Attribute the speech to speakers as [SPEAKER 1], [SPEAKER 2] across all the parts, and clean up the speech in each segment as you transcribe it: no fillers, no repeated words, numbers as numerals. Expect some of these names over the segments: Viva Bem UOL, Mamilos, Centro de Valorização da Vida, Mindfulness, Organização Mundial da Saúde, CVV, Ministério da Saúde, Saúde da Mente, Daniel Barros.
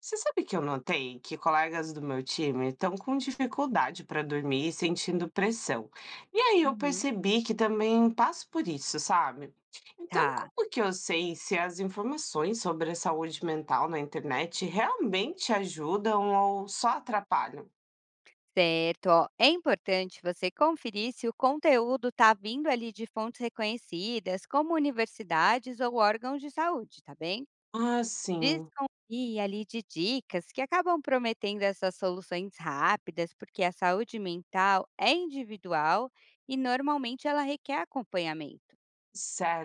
[SPEAKER 1] Você sabe que eu notei que colegas do meu time estão com dificuldade para dormir e sentindo pressão. E aí eu
[SPEAKER 2] Uhum.
[SPEAKER 1] percebi que também passo por isso, sabe? Então,
[SPEAKER 2] Tá,
[SPEAKER 1] como que eu sei se as informações sobre a saúde mental na internet realmente ajudam ou só atrapalham?
[SPEAKER 2] certo. Ó, é importante você conferir se o conteúdo está vindo ali de fontes reconhecidas, como universidades ou órgãos de saúde, tá bem?
[SPEAKER 1] Ah, sim,
[SPEAKER 2] Desconfie ali de dicas que acabam prometendo essas soluções rápidas, porque a saúde mental é individual e normalmente ela requer acompanhamento.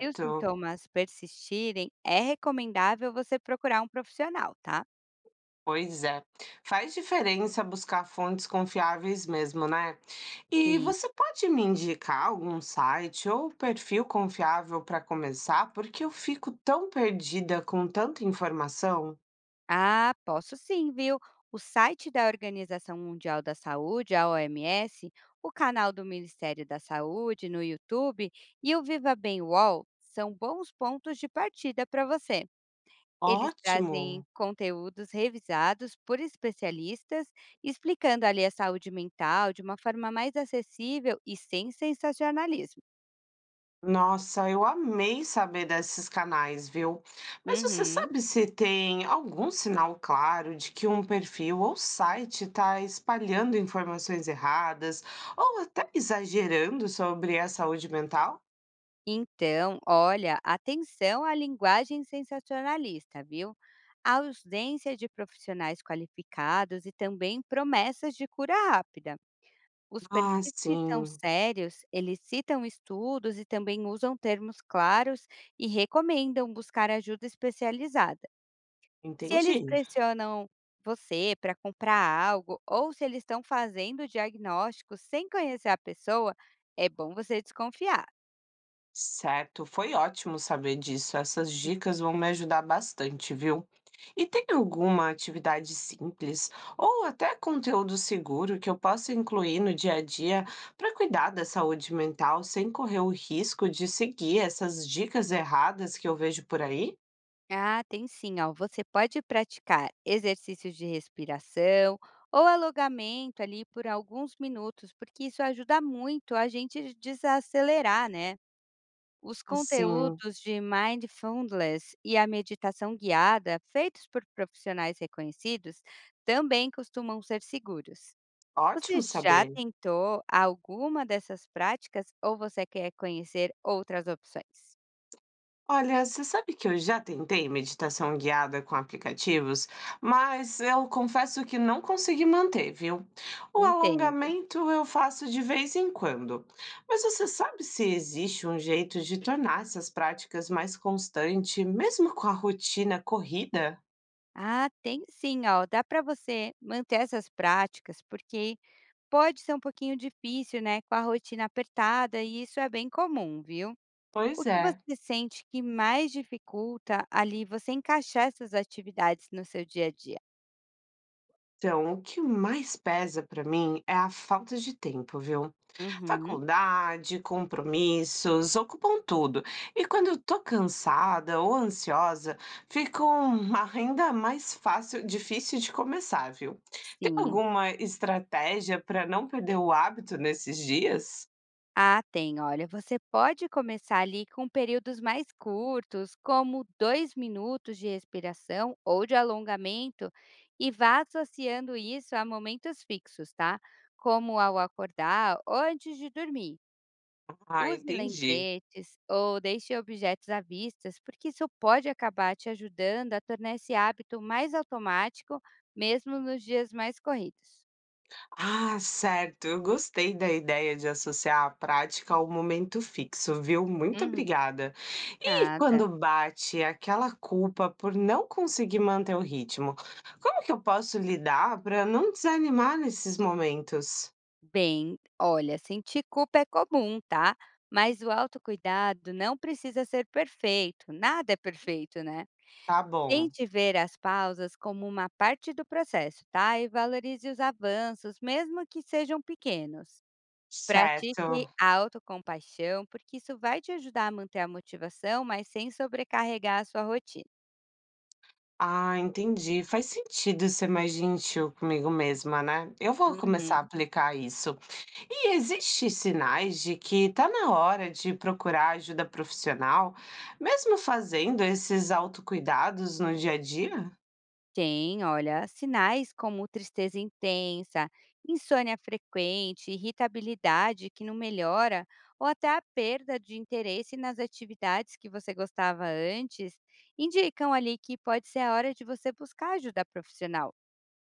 [SPEAKER 2] Se os sintomas persistirem, é recomendável você procurar um profissional, tá?
[SPEAKER 1] Pois é. Faz diferença buscar fontes confiáveis mesmo, né? E
[SPEAKER 2] Sim.
[SPEAKER 1] você pode me indicar algum site ou perfil confiável para começar? Porque eu fico tão perdida com tanta informação.
[SPEAKER 2] Ah, posso sim, viu? O site da Organização Mundial da Saúde, a OMS, o canal do Ministério da Saúde no YouTube e o Viva Bem UOL são bons pontos de partida para você. Eles trazem
[SPEAKER 1] Ótimo!
[SPEAKER 2] conteúdos revisados por especialistas, explicando ali a saúde mental de uma forma mais acessível e sem sensacionalismo.
[SPEAKER 1] Nossa, eu amei saber desses canais, viu? Mas você
[SPEAKER 2] Uhum.
[SPEAKER 1] sabe se tem algum sinal claro de que um perfil ou site está espalhando informações erradas ou até exagerando sobre a saúde mental?
[SPEAKER 2] Então, olha, atenção à linguagem sensacionalista, viu? A ausência de profissionais qualificados e também promessas de cura rápida. Os
[SPEAKER 1] Ah,
[SPEAKER 2] perfis que são
[SPEAKER 1] sim,
[SPEAKER 2] sérios, eles citam estudos e também usam termos claros e recomendam buscar ajuda especializada. Se
[SPEAKER 1] entendi.
[SPEAKER 2] eles pressionam você para comprar algo ou se eles estão fazendo diagnóstico sem conhecer a pessoa, é bom você desconfiar.
[SPEAKER 1] Certo, foi ótimo saber disso. Essas dicas vão me ajudar bastante, viu? E tem alguma atividade simples ou até conteúdo seguro que eu possa incluir no dia a dia para cuidar da saúde mental sem correr o risco de seguir essas dicas erradas que eu vejo por aí?
[SPEAKER 2] Ah, tem sim, ó. Você pode praticar exercícios de respiração ou alongamento ali por alguns minutos, porque isso ajuda muito a gente desacelerar, né? Os
[SPEAKER 1] Assim,
[SPEAKER 2] conteúdos de Mindfulness e a meditação guiada, feitos por profissionais reconhecidos, também costumam ser seguros. Você
[SPEAKER 1] ótimo
[SPEAKER 2] já
[SPEAKER 1] saber.
[SPEAKER 2] tentou alguma dessas práticas ou você quer conhecer outras opções?
[SPEAKER 1] Olha, você sabe que eu já tentei meditação guiada com aplicativos, mas eu confesso que não consegui manter, viu? O
[SPEAKER 2] Entendo.
[SPEAKER 1] alongamento eu faço de vez em quando. Mas você sabe se existe um jeito de tornar essas práticas mais constante, mesmo com a rotina corrida?
[SPEAKER 2] Ah, tem sim, ó. Dá para você manter essas práticas, porque pode ser um pouquinho difícil, né, com a rotina apertada, e isso é bem comum, viu? O
[SPEAKER 1] Pois
[SPEAKER 2] que
[SPEAKER 1] é.
[SPEAKER 2] você sente que mais dificulta ali você encaixar essas atividades no seu dia a dia?
[SPEAKER 1] Então, o que mais pesa para mim é a falta de tempo, viu?
[SPEAKER 2] Uhum,
[SPEAKER 1] Faculdade, compromissos, ocupam tudo. E quando eu tô cansada ou ansiosa, fica uma ainda mais fácil, difícil de começar, viu? Tem
[SPEAKER 2] sim.
[SPEAKER 1] alguma estratégia para não perder o hábito nesses dias?
[SPEAKER 2] Ah, tem. Olha, você pode começar ali com períodos mais curtos, como 2 minutos de respiração ou de alongamento, e vá associando isso a momentos fixos, tá? Como ao acordar ou antes de dormir.
[SPEAKER 1] Ah,
[SPEAKER 2] Use
[SPEAKER 1] entendi.
[SPEAKER 2] lembretes ou deixe objetos à vista, porque isso pode acabar te ajudando a tornar esse hábito mais automático, mesmo nos dias mais corridos.
[SPEAKER 1] Ah, certo. Eu gostei da ideia de associar a prática ao momento fixo, viu? Muito
[SPEAKER 2] Uhum.
[SPEAKER 1] obrigada. E
[SPEAKER 2] Nada.
[SPEAKER 1] quando bate aquela culpa por não conseguir manter o ritmo, como que eu posso lidar para não desanimar nesses momentos?
[SPEAKER 2] Bem, olha, sentir culpa é comum, tá? Mas o autocuidado não precisa ser perfeito, nada é perfeito, né?
[SPEAKER 1] Tá bom.
[SPEAKER 2] Tente ver as pausas como uma parte do processo, tá? E valorize os avanços, mesmo que sejam pequenos.
[SPEAKER 1] Certo.
[SPEAKER 2] Pratique a autocompaixão, porque isso vai te ajudar a manter a motivação, mas sem sobrecarregar a sua rotina.
[SPEAKER 1] Ah, entendi. Faz sentido ser mais gentil comigo mesma, né? Eu vou começar a
[SPEAKER 2] Uhum.
[SPEAKER 1] aplicar isso. E existem sinais de que está na hora de procurar ajuda profissional, mesmo fazendo esses autocuidados no dia a dia?
[SPEAKER 2] Tem, olha, sinais como tristeza intensa, insônia frequente, irritabilidade que não melhora, ou até a perda de interesse nas atividades que você gostava antes, indicam ali que pode ser a hora de você buscar ajuda profissional.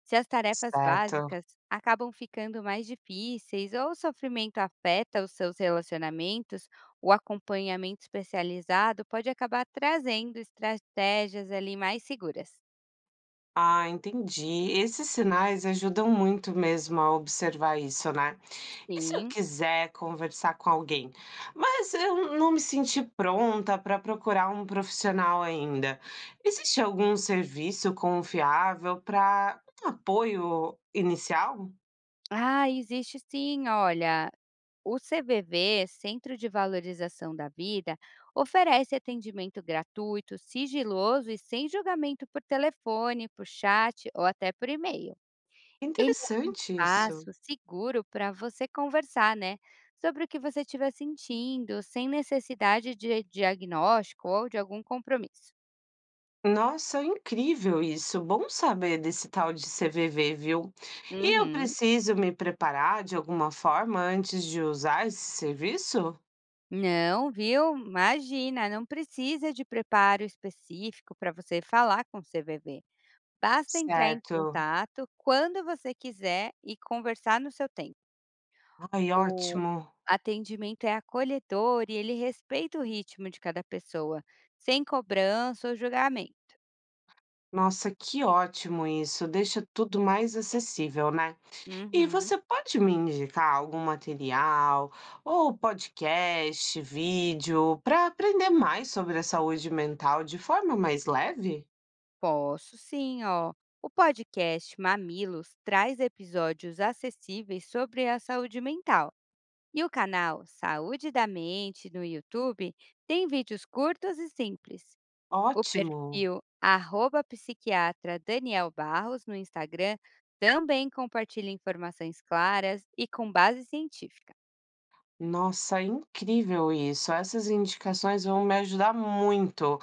[SPEAKER 2] Se as tarefas
[SPEAKER 1] Certo.
[SPEAKER 2] básicas acabam ficando mais difíceis ou o sofrimento afeta os seus relacionamentos, o acompanhamento especializado pode acabar trazendo estratégias ali mais seguras.
[SPEAKER 1] Ah, entendi. Esses sinais ajudam muito mesmo a observar isso, né? E se eu
[SPEAKER 2] Sim.
[SPEAKER 1] quiser conversar com alguém, mas eu não me senti pronta para procurar um profissional ainda, existe algum serviço confiável para um apoio inicial?
[SPEAKER 2] Ah, existe sim, olha. O CVV, Centro de Valorização da Vida, oferece atendimento gratuito, sigiloso e sem julgamento por telefone, por chat ou até por e-mail. Ele é um
[SPEAKER 1] Interessante isso.
[SPEAKER 2] espaço seguro para você conversar, né? Sobre o que você estiver sentindo, sem necessidade de diagnóstico ou de algum compromisso.
[SPEAKER 1] Nossa, incrível isso. Bom saber desse tal de CVV, viu? E eu
[SPEAKER 2] Uhum.
[SPEAKER 1] preciso me preparar de alguma forma antes de usar esse serviço?
[SPEAKER 2] Não, viu? Imagina, não precisa de preparo específico para você falar com o CVV. Basta entrar em
[SPEAKER 1] Certo.
[SPEAKER 2] contato quando você quiser e conversar no seu tempo.
[SPEAKER 1] Ai,
[SPEAKER 2] O
[SPEAKER 1] ótimo.
[SPEAKER 2] atendimento é acolhedor e ele respeita o ritmo de cada pessoa, sem cobrança ou julgamento.
[SPEAKER 1] Nossa, que ótimo isso. Deixa tudo mais acessível, né? E
[SPEAKER 2] Uhum,
[SPEAKER 1] você pode me indicar algum material, ou podcast, vídeo, para aprender mais sobre a saúde mental de forma mais leve?
[SPEAKER 2] posso sim, ó. O podcast Mamilos traz episódios acessíveis sobre a saúde mental. E o canal Saúde da Mente no YouTube tem vídeos curtos e simples. O
[SPEAKER 1] Ótimo.
[SPEAKER 2] perfil arroba psiquiatra Daniel Barros no Instagram também compartilha informações claras e com base científica.
[SPEAKER 1] Nossa, incrível isso. Essas indicações vão me ajudar muito.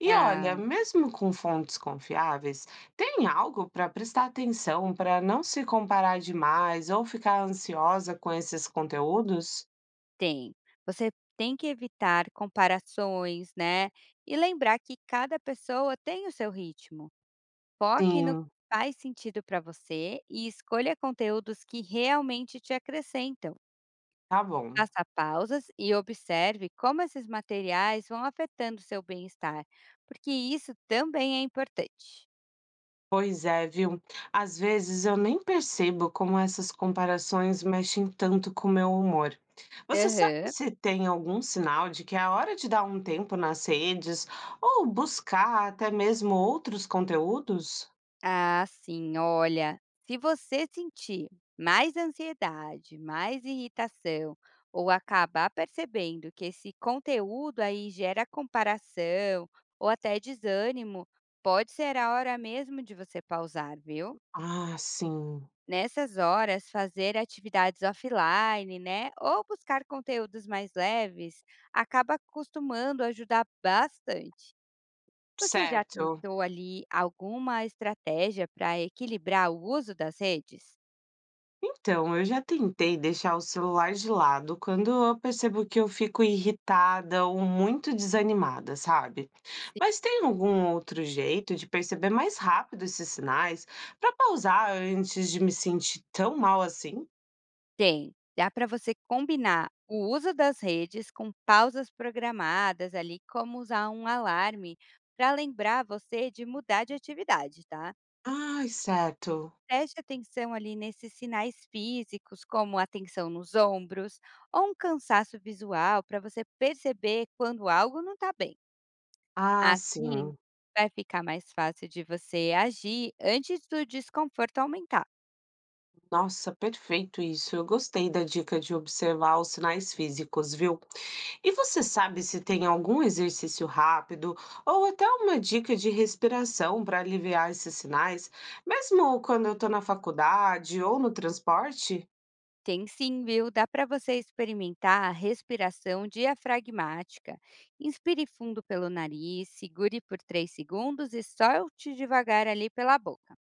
[SPEAKER 1] E olha,
[SPEAKER 2] Ah,
[SPEAKER 1] mesmo com fontes confiáveis, tem algo para prestar atenção, para não se comparar demais ou ficar ansiosa com esses conteúdos?
[SPEAKER 2] tem. Você tem que evitar comparações, né? E lembrar que cada pessoa tem o seu ritmo. Foque no que
[SPEAKER 1] Sim,
[SPEAKER 2] faz sentido para você e escolha conteúdos que realmente te acrescentam.
[SPEAKER 1] tá bom.
[SPEAKER 2] Faça pausas e observe como esses materiais vão afetando seu bem-estar, porque isso também é importante.
[SPEAKER 1] Pois é, viu? Às vezes eu nem percebo como essas comparações mexem tanto com o meu humor. Você sabe
[SPEAKER 2] Aham,
[SPEAKER 1] se tem algum sinal de que é a hora de dar um tempo nas redes ou buscar até mesmo outros conteúdos?
[SPEAKER 2] ah, sim, olha, se você sentir mais ansiedade, mais irritação, ou acabar percebendo que esse conteúdo aí gera comparação ou até desânimo, pode ser a hora mesmo de você pausar, viu?
[SPEAKER 1] Ah, sim,
[SPEAKER 2] Nessas horas, fazer atividades offline, né, ou buscar conteúdos mais leves, acaba costumando ajudar bastante. Você já
[SPEAKER 1] certo.
[SPEAKER 2] tentou ali alguma estratégia para equilibrar o uso das redes?
[SPEAKER 1] Então, eu já tentei deixar o celular de lado quando eu percebo que eu fico irritada ou muito desanimada, sabe?
[SPEAKER 2] Sim.
[SPEAKER 1] Mas tem algum outro jeito de perceber mais rápido esses sinais para pausar antes de me sentir tão mal assim?
[SPEAKER 2] Tem. Dá para você combinar o uso das redes com pausas programadas ali, como usar um alarme para lembrar você de mudar de atividade, tá?
[SPEAKER 1] Ai, certo.
[SPEAKER 2] Preste atenção ali nesses sinais físicos, como a tensão nos ombros ou um cansaço visual para você perceber quando algo não está bem.
[SPEAKER 1] Ah,
[SPEAKER 2] Assim,
[SPEAKER 1] sim.
[SPEAKER 2] vai ficar mais fácil de você agir antes do desconforto aumentar.
[SPEAKER 1] Nossa, perfeito isso. Eu gostei da dica de observar os sinais físicos, viu? E você sabe se tem algum exercício rápido ou até uma dica de respiração para aliviar esses sinais, mesmo quando eu estou na faculdade ou no transporte?
[SPEAKER 2] Tem sim, viu? Dá para você experimentar a respiração diafragmática. Inspire fundo pelo nariz, segure por 3 segundos e solte devagar ali pela boca,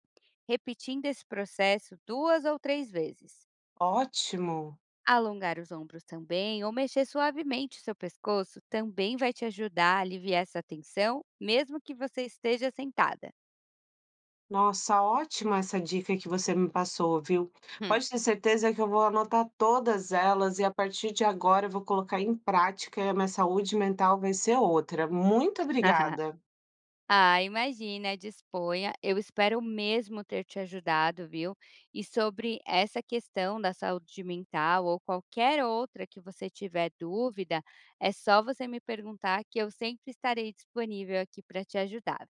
[SPEAKER 2] repetindo esse processo 2 ou 3 vezes.
[SPEAKER 1] Ótimo!
[SPEAKER 2] Alongar os ombros também ou mexer suavemente o seu pescoço também vai te ajudar a aliviar essa tensão, mesmo que você esteja sentada.
[SPEAKER 1] Nossa, ótima essa dica que você me passou, viu?
[SPEAKER 2] Hum.
[SPEAKER 1] Pode ter certeza que eu vou anotar todas elas e a partir de agora eu vou colocar em prática e a minha saúde mental vai ser outra. Muito obrigada.
[SPEAKER 2] Ah, imagina, disponha. Eu espero mesmo ter te ajudado, viu? E sobre essa questão da saúde mental ou qualquer outra que você tiver dúvida, é só você me perguntar que eu sempre estarei disponível aqui para te ajudar.